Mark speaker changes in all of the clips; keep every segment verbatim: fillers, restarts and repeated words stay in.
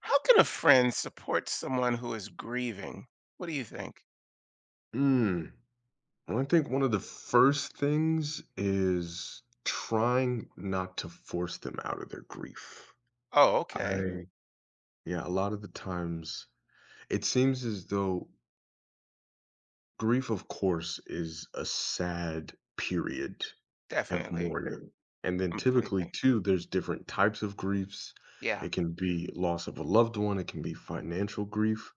Speaker 1: How can a friend support someone who is grieving? What do you think?
Speaker 2: Mm. Well, I think one of the first things is trying not to force them out of their grief.
Speaker 1: Oh, okay.
Speaker 2: Mm. I, yeah, a lot of the times it seems as though grief, of course, is a sad period of
Speaker 1: Definitely.
Speaker 2: mourning. And then typically,
Speaker 1: Completely.
Speaker 2: too, there's different types of griefs.
Speaker 1: Yeah.
Speaker 2: It can be loss of a loved one, it can be financial grief.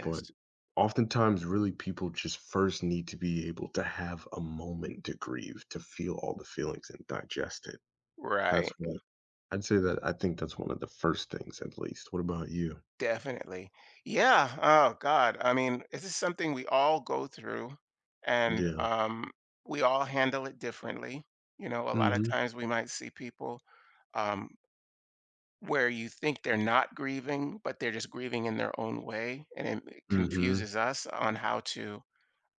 Speaker 2: But oftentimes, really, people just first need to be able to have a moment to grieve, to feel all the feelings and digest it. That's
Speaker 1: Right.
Speaker 2: what I'd say that I think that's one of the first things, at least. What about you?
Speaker 1: Definitely. Yeah. Oh God. I mean, this is something we all go through and
Speaker 2: Yeah.
Speaker 1: um we all handle it differently. You know, a
Speaker 2: mm
Speaker 1: lot of
Speaker 2: Mhm.
Speaker 1: times we might see people um where you think they're not grieving, but they're just grieving in their own way, and it
Speaker 2: mm Mhm.
Speaker 1: confuses us on how to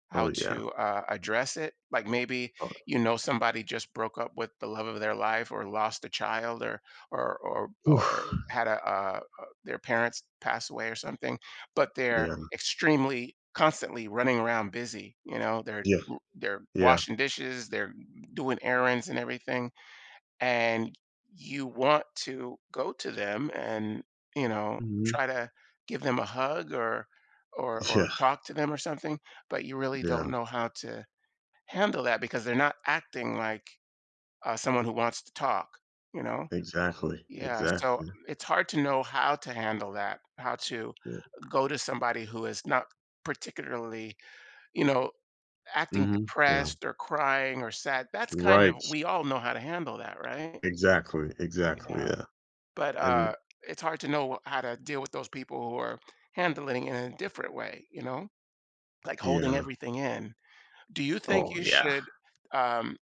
Speaker 1: how
Speaker 2: Oh, yeah.
Speaker 1: to uh, address it. Like maybe
Speaker 2: Oh,
Speaker 1: you know somebody just broke up with the love of their life, or lost a child, or or or or
Speaker 2: oof.
Speaker 1: had a uh, uh, their parents pass away or something, but they're
Speaker 2: Yeah.
Speaker 1: extremely constantly running around busy. You know, they're
Speaker 2: Yeah.
Speaker 1: they're
Speaker 2: Yeah.
Speaker 1: washing dishes, they're doing errands and everything and you want to go to them and you know
Speaker 2: Mhm.
Speaker 1: try to give them a hug or or or
Speaker 2: Yeah.
Speaker 1: talk to them or something but you really
Speaker 2: Yeah.
Speaker 1: don't know how to handle that because they're not acting like uh, someone who wants to talk you know
Speaker 2: Exactly.
Speaker 1: yeah, so
Speaker 2: Exactly.
Speaker 1: it's hard to know how to handle that, how to
Speaker 2: Yeah.
Speaker 1: go to somebody who is not particularly, you know
Speaker 2: mm
Speaker 1: acting
Speaker 2: Mhm. Yeah.
Speaker 1: depressed or crying or sad. That's kind of,
Speaker 2: Right.
Speaker 1: we all know how to handle that, right?
Speaker 2: Exactly. Exactly.
Speaker 1: Yeah,
Speaker 2: Yeah.
Speaker 1: but
Speaker 2: And
Speaker 1: uh, it's hard to know how to deal with those people who are handling it in a different way, you know, like holding
Speaker 2: yeah.
Speaker 1: everything in. Do you think
Speaker 2: Oh,
Speaker 1: you
Speaker 2: yeah.
Speaker 1: should, um,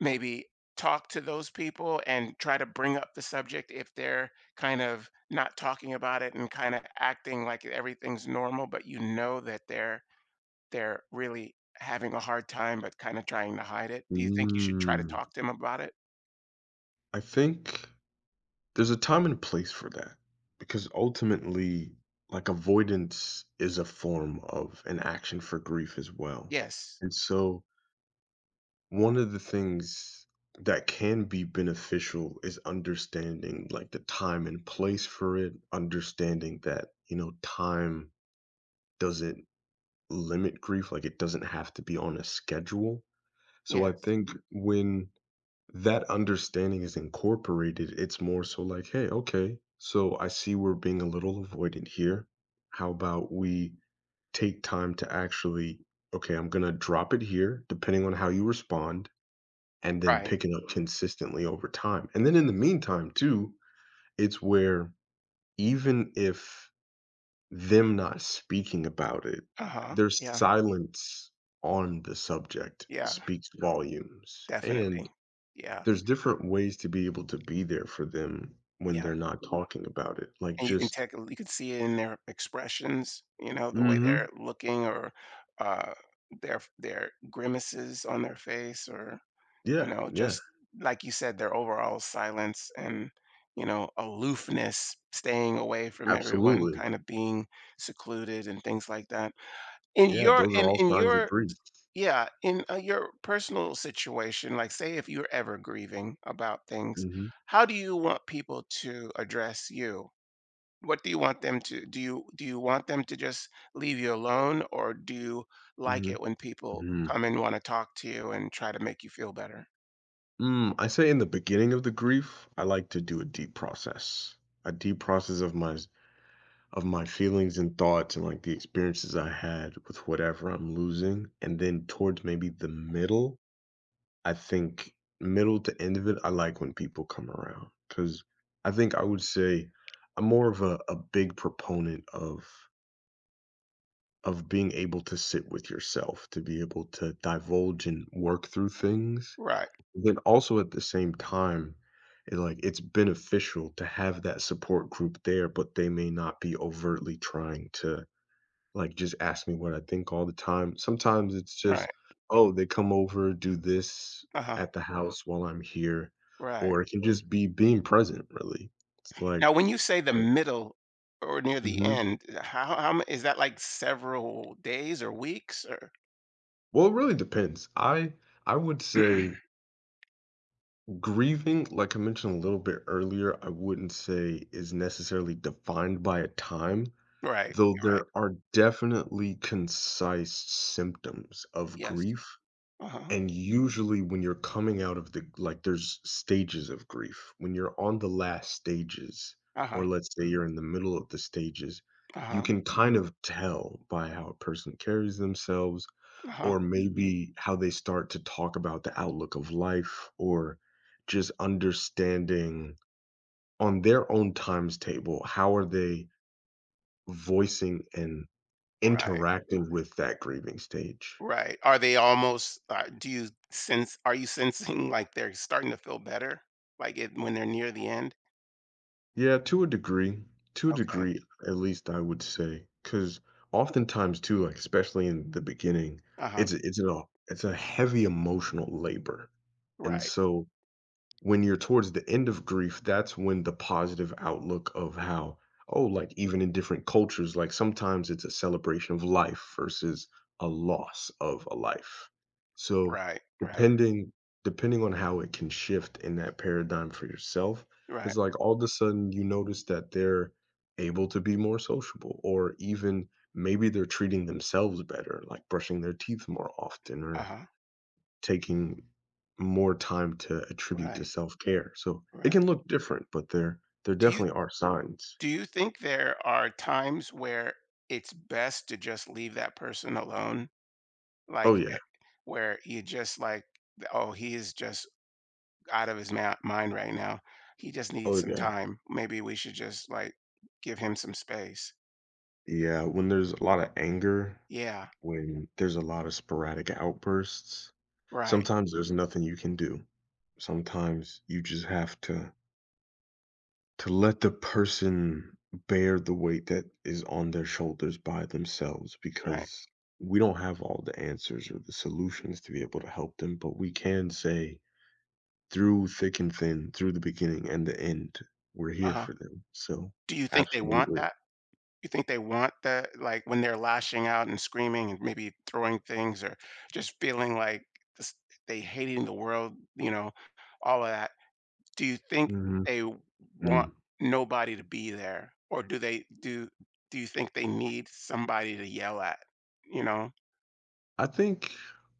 Speaker 1: maybe talk to those people and try to bring up the subject if they're kind of not talking about it and kind of acting like everything's normal, but you know that they're they're really having a hard time but kind of trying to hide it? Do you think you should try to
Speaker 2: Mm.
Speaker 1: talk to them about it?
Speaker 2: I think there's a time and place for that because ultimately, like, avoidance is a form of an action for grief as well.
Speaker 1: Yes.
Speaker 2: And so, one of the things that can be beneficial is understanding like the time and place for it, understanding that, you know, time doesn't limit grief, like, it doesn't have to be on a schedule. So, I
Speaker 1: Yes.
Speaker 2: think when that understanding is incorporated, it's more so like, "Hey, okay, so I see we're being a little avoidant here. How about we take time to actually, okay, I'm gonna drop it here, depending on how you respond, and then
Speaker 1: Right.
Speaker 2: pick it up consistently over time." And then in the meantime, too, it's where even if them not speaking about it,
Speaker 1: Uh-huh.
Speaker 2: their
Speaker 1: Yeah.
Speaker 2: silence on the subject
Speaker 1: Yeah.
Speaker 2: speaks volumes. And
Speaker 1: Definitely. Yeah,
Speaker 2: there's different ways to be able to be there for them when
Speaker 1: yeah,
Speaker 2: they're not talking about it, like,
Speaker 1: and you can
Speaker 2: just
Speaker 1: take you can see it in their expressions, you know, the way
Speaker 2: Mhm.
Speaker 1: they're looking, or uh, their their grimaces on their face, or, you
Speaker 2: Yeah,
Speaker 1: know,
Speaker 2: yeah,
Speaker 1: just like you said, their overall silence and, you know, aloofness, staying away from everyone,
Speaker 2: absolutely.
Speaker 1: kinda being secluded and things like that. In
Speaker 2: Yeah,
Speaker 1: your
Speaker 2: those are
Speaker 1: in
Speaker 2: all
Speaker 1: in
Speaker 2: signs of
Speaker 1: your
Speaker 2: grief.
Speaker 1: Yeah, in uh, your personal situation, like say if you're ever grieving about things,
Speaker 2: Mhm,
Speaker 1: how do you want people to address you? What do you want them to do you do you want them to just leave you alone, or do you like it
Speaker 2: mhm,
Speaker 1: when people
Speaker 2: mhm.
Speaker 1: come and want to talk to you and try to make you feel better?
Speaker 2: Mm, I say in the beginning of the grief, I like to do a deep process, a deep process of my of my feelings and thoughts and, like, the experiences I had with whatever I'm losing, and then towards maybe the middle I think middle to end of it, I like when people come around because I think I would say I'm more of a a big proponent of of being able to sit with yourself, to be able to divulge and work through things,
Speaker 1: Right.
Speaker 2: then also at the same time, it, like, it's beneficial to have that support group there, but they may not be overtly trying to like, just ask me what I think all the time. Sometimes it's just,
Speaker 1: Right.
Speaker 2: "Oh, they come over, do this
Speaker 1: Uh-huh.
Speaker 2: at the Mhm. house while I'm here,"
Speaker 1: Right.
Speaker 2: or it can Mhm. just be being present, really. It's
Speaker 1: Now,
Speaker 2: like
Speaker 1: when you say the middle or near the
Speaker 2: Mhm.
Speaker 1: end, uh, how how m- is that like several days or weeks or
Speaker 2: Well, it really depends. I I would say grieving, like I mentioned a little bit earlier, I wouldn't say is necessarily defined by a time,
Speaker 1: Right.
Speaker 2: though
Speaker 1: Right.
Speaker 2: there are definitely concise symptoms of
Speaker 1: Yes.
Speaker 2: grief.
Speaker 1: Uh-huh.
Speaker 2: And usually when you're coming out of the like, there's stages of grief. When you're on the last stages, or
Speaker 1: Uh-huh.
Speaker 2: let's say you're in the middle of the stages, you
Speaker 1: Uh-huh,
Speaker 2: can kind of tell by how a person carries themselves,
Speaker 1: uh-huh.
Speaker 2: or maybe how they start to talk about the outlook of life, or just understanding on their own times table, how are they voicing and
Speaker 1: Right,
Speaker 2: interacting with that grieving stage?
Speaker 1: right. Are they almost, uh, do you sense are you sensing like they're starting to feel better? Like it when they're near the end?
Speaker 2: Yeah, to a degree. To a
Speaker 1: Okay.
Speaker 2: degree, at least I would say, because oftentimes too, like, especially in the beginning,
Speaker 1: Uh-huh.
Speaker 2: it's it's a it's a heavy emotional labor, and
Speaker 1: Right,
Speaker 2: so when you're towards the end of grief, that's when the positive outlook of how, oh, like even in different cultures, like sometimes it's a celebration of life versus a loss of a life. So
Speaker 1: right, right,
Speaker 2: depending depending on how it can shift in that paradigm for yourself,
Speaker 1: right.
Speaker 2: it's like all of a sudden you notice that they're able to be more sociable or even maybe they're treating themselves better, like brushing their teeth more often or
Speaker 1: Uh-huh.
Speaker 2: taking more time to attribute to
Speaker 1: Right,
Speaker 2: self-care. So, it
Speaker 1: right.
Speaker 2: can look different, but there there
Speaker 1: Do you
Speaker 2: definitely are signs.
Speaker 1: do you think there are times where it's best to just leave that person alone?
Speaker 2: Oh,
Speaker 1: Like
Speaker 2: yeah.
Speaker 1: eh, where you just like, oh, he is just out of his ma- mind right now. He just needs
Speaker 2: Oh,
Speaker 1: some
Speaker 2: yeah.
Speaker 1: time. Maybe we should just like give him some space.
Speaker 2: Yeah, when there's a lot of anger,
Speaker 1: Yeah,
Speaker 2: when there's a lot of sporadic outbursts,
Speaker 1: right,
Speaker 2: sometimes there's nothing you can do. Sometimes you just have to to let the person bear the weight that is on their shoulders by themselves
Speaker 1: right.
Speaker 2: because we don't have all the answers or the solutions to be able to help them, but we can say through thick and thin, through the beginning and the end, we're
Speaker 1: Uh
Speaker 2: here
Speaker 1: huh.
Speaker 2: for them, so
Speaker 1: Do you think they want
Speaker 2: absolutely.
Speaker 1: that? You think they want that? Like when they're lashing out and screaming and maybe throwing things or just feeling like this, they hating the world, you know, all of that. Do you think
Speaker 2: Mhm,
Speaker 1: they want
Speaker 2: mm.
Speaker 1: nobody to be there, or do they do? Do you think they need somebody to yell at? You know?
Speaker 2: I think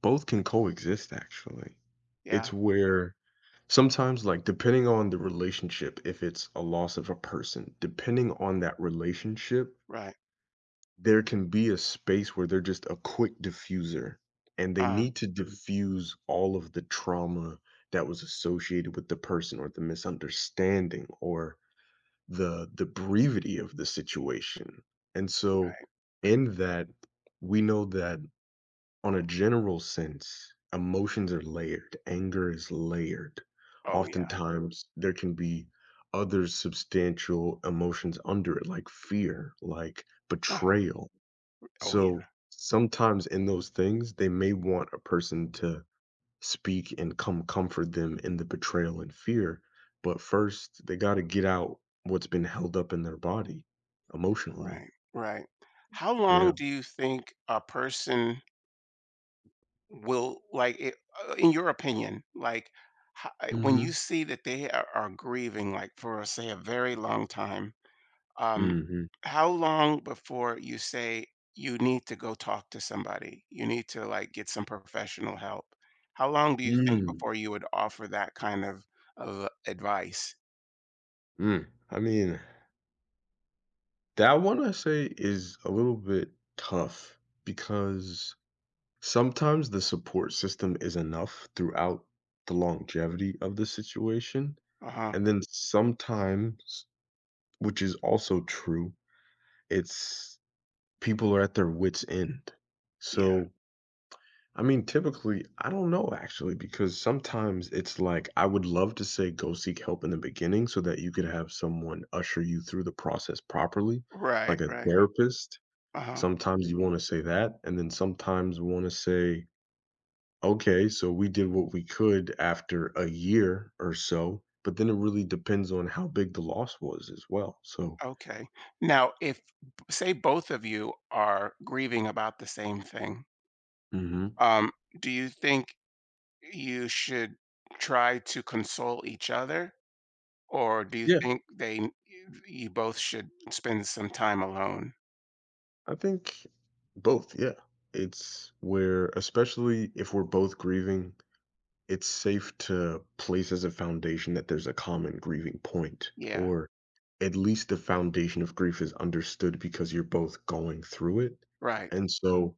Speaker 2: both can coexist, actually.
Speaker 1: Yeah.
Speaker 2: It's where sometimes, like, depending on the relationship, if it's a loss of a person, depending on that relationship,
Speaker 1: Right.
Speaker 2: there can be a space where they're just a quick diffuser, and they
Speaker 1: Uh.
Speaker 2: need to diffuse all of the trauma that was associated with the person or the misunderstanding or the the brevity of the situation. And so
Speaker 1: Right.
Speaker 2: in that, we know that on a general sense, emotions are layered, anger is layered.
Speaker 1: Oh, yeah.
Speaker 2: Oftentimes, there can be other substantial emotions under it, like fear, like
Speaker 1: Uh-huh.
Speaker 2: betrayal.
Speaker 1: Oh, yeah.
Speaker 2: So sometimes in those things, they may want a person to speak and come comfort them in the betrayal and fear. But first, they got to get out what's been held up in their body emotionally.
Speaker 1: Right, right. How long
Speaker 2: Yeah.
Speaker 1: do you think a person will like it, uh, in your opinion, like ho uh, when you
Speaker 2: mm
Speaker 1: see that they are are grieving, like, for, say, a very long time,
Speaker 2: hmm
Speaker 1: um,
Speaker 2: mm hmm
Speaker 1: how long before you say, "You need to go talk to somebody, you need to, like, get some professional help"? How long do you think before
Speaker 2: Mm.
Speaker 1: you would offer that kind of of advice?
Speaker 2: Mm. I mean, that one I say is a little bit tough because sometimes the support system is enough throughout the longevity of the situation.
Speaker 1: Uh-huh.
Speaker 2: And then sometimes, which is also true, it's people are at their wits' end.
Speaker 1: Yeah.
Speaker 2: So, I mean, typically, I don't know actually, because sometimes it's like I would love to say go seek help in the beginning so that you could have someone usher you through the process properly,
Speaker 1: Right,
Speaker 2: like a
Speaker 1: right.
Speaker 2: therapist.
Speaker 1: Uh-huh.
Speaker 2: Sometimes you want to say that, and then sometimes want to say, okay, so we did what we could after a year or so, but then it really depends on how big the loss was as well. So,
Speaker 1: Okay. Now, if say both of you are grieving about the same thing,
Speaker 2: mhm.
Speaker 1: um, do you think you should try to console each other, or do you
Speaker 2: Yeah,
Speaker 1: think they n- you you both should spend some time alone?
Speaker 2: I think both, yeah. It's where, especially if we're both grieving, it's safe to place as a foundation that there's a common grieving point,
Speaker 1: Yeah.
Speaker 2: or at least the foundation of grief is understood because you're both going through it.
Speaker 1: Right.
Speaker 2: And so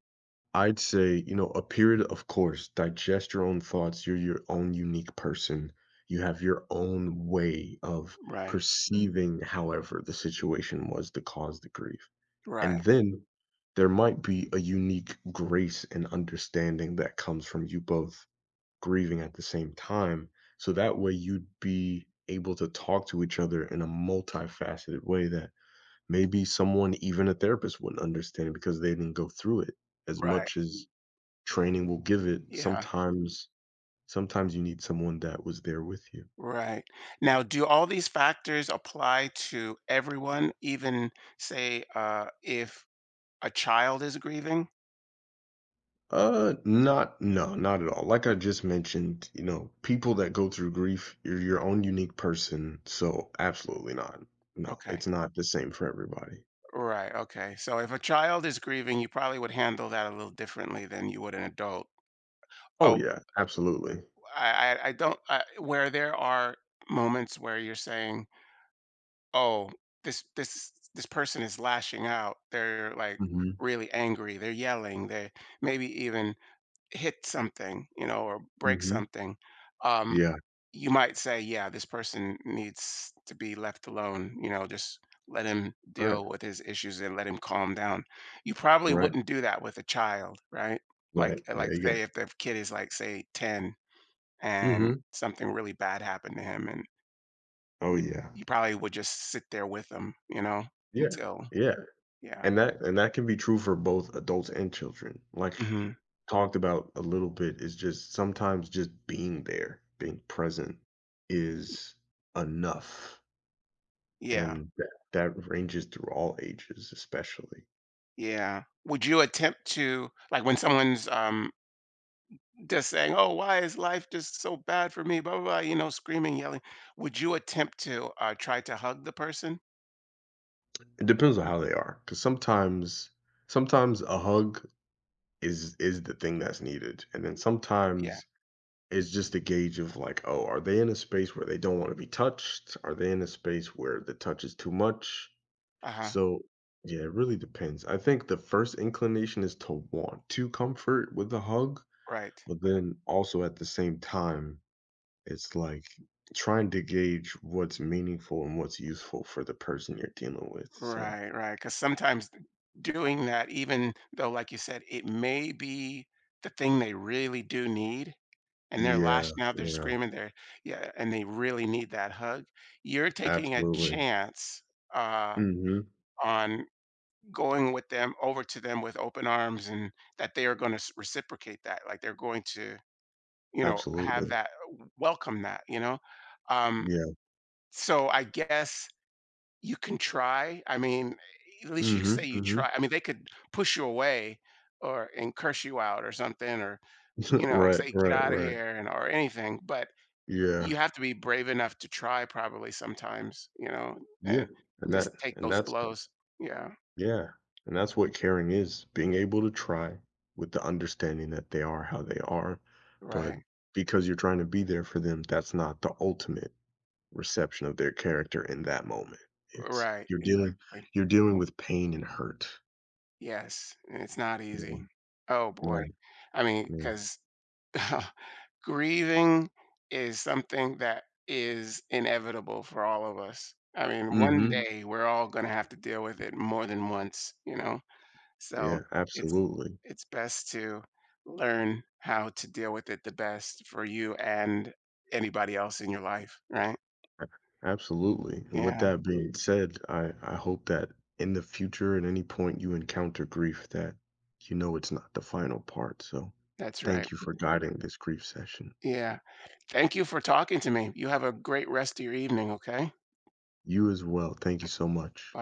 Speaker 2: I'd say, you know, a period, of course, digest your own thoughts. You're your own unique person. You have your own way of
Speaker 1: Right.
Speaker 2: perceiving, however, the situation was that caused the grief. And
Speaker 1: Right.
Speaker 2: then there might be a unique grace and understanding that comes from you both grieving at the same time. So that way you'd be able to talk to each other in a multifaceted way that maybe someone, even a therapist, wouldn't understand because they didn't go through it as
Speaker 1: Right.
Speaker 2: much as training will give it.
Speaker 1: Yeah.
Speaker 2: Sometimes, sometimes you need someone that was there with you.
Speaker 1: Right. Now, do all these factors apply to everyone, even say uh, if a child is grieving?
Speaker 2: Uh, not, no, not at all. Like I just mentioned, you know, people that go through grief, you're your own unique person. So, absolutely not. No,
Speaker 1: Okay.
Speaker 2: it's not the same for everybody.
Speaker 1: Right, okay. So if a child is grieving, you probably would handle that a little differently than you would an adult.
Speaker 2: Oh,
Speaker 1: Oh,
Speaker 2: yeah, absolutely.
Speaker 1: I I I don't I where there are moments where you're saying, "Oh, this this this person is lashing out. They're like
Speaker 2: Hmm
Speaker 1: really angry. They're yelling. They maybe even hit something, you know, or break
Speaker 2: hmm
Speaker 1: something." Um
Speaker 2: Yeah.
Speaker 1: you might say, yeah, this person needs to be left alone, you know, just let him
Speaker 2: Right.
Speaker 1: deal with his issues and let him calm down. You probably
Speaker 2: Right.
Speaker 1: wouldn't do that with a child, right? Like
Speaker 2: Right.
Speaker 1: uh,
Speaker 2: Yeah.
Speaker 1: like
Speaker 2: Yeah.
Speaker 1: say if the kid is like say ten and
Speaker 2: hmm
Speaker 1: something really bad happened to him and
Speaker 2: Oh,
Speaker 1: you,
Speaker 2: yeah.
Speaker 1: you probably would just sit there with them, you know,
Speaker 2: Yeah.
Speaker 1: until
Speaker 2: Yeah.
Speaker 1: yeah.
Speaker 2: And that, and that can be true for both adults and children. Like
Speaker 1: Mhm.
Speaker 2: talked about a little bit is just sometimes just being there, being present is enough.
Speaker 1: Yeah.
Speaker 2: And that that ranges through all ages, especially.
Speaker 1: Yeah. Would you attempt to like when someone's um just saying, "Oh, why is life just so bad for me?" Blah, blah, blah, you know, screaming, yelling. Would you attempt to, uh, try to hug the person?
Speaker 2: It depends on how they are, because sometimes sometimes a hug is is the thing that's needed, and then
Speaker 1: Yeah.
Speaker 2: sometimes it's just a gauge of, like, "Oh, are they in a space where they don't wanna be touched? Are they in a space where the touch is too much?"
Speaker 1: Uh-huh.
Speaker 2: So, yeah, it really depends. I think the first inclination is to want to comfort with a hug,
Speaker 1: Right.
Speaker 2: but then also at the same time it's like trying to gauge what's meaningful and what's useful for the person you're dealing with, so
Speaker 1: Right, right. Because sometimes doing that, even though, like you said, it may be the thing they really do need, and they're
Speaker 2: yeah,
Speaker 1: lashing out, they're
Speaker 2: yeah,
Speaker 1: screaming, they're yeah, and they really need that hug. You're taking a
Speaker 2: absolutely.
Speaker 1: chance, uh,
Speaker 2: Mhm,
Speaker 1: on going with them over to them with open arms and that they are gonna reciprocate that, like, they're going to, you know, have
Speaker 2: absolutely.
Speaker 1: that uh, welcome that, you know? Um,
Speaker 2: Yeah.
Speaker 1: so I guess you can try. I mean, at least you say
Speaker 2: Mhm,
Speaker 1: you
Speaker 2: mhm.
Speaker 1: try. I mean, they could push you away or and curse you out or something or, you know,
Speaker 2: Right,
Speaker 1: say get
Speaker 2: right,
Speaker 1: out of
Speaker 2: right.
Speaker 1: here and or anything, but you
Speaker 2: Yeah,
Speaker 1: have to be brave enough to try probably sometimes, you know,
Speaker 2: yeah,
Speaker 1: and
Speaker 2: and that
Speaker 1: just take
Speaker 2: and
Speaker 1: those
Speaker 2: that's
Speaker 1: blows. Yeah.
Speaker 2: yeah, and that's what caring is, being able to try with the understanding that they are how they are, but
Speaker 1: Right.
Speaker 2: because you're trying to be there for them, that's not the ultimate reception of their character in that moment. It's
Speaker 1: Right.
Speaker 2: you're dealing
Speaker 1: Like,
Speaker 2: you're dealing with pain and hurt.
Speaker 1: yes, and it's not
Speaker 2: Yeah,
Speaker 1: easy. Oh
Speaker 2: right,
Speaker 1: boy. I mean,
Speaker 2: yeah.
Speaker 1: because grieving is something that is inevitable for all of us. I mean, one
Speaker 2: Mhm.
Speaker 1: day we're all going to have to deal with it more than once, you know? So
Speaker 2: Yeah,
Speaker 1: it's
Speaker 2: absolutely.
Speaker 1: it's best to learn how to deal with it the best for you and anybody else in your life, right?
Speaker 2: A Absolutely, and with
Speaker 1: Yeah,
Speaker 2: that being said, I I hope that in the future, at any point you encounter grief that you know it's not the final part, so
Speaker 1: that's right.
Speaker 2: thank you for guiding this grief session.
Speaker 1: Yeah. Thank you for talking to me. You have a great rest of your evening, okay?
Speaker 2: You as well, thank you so much.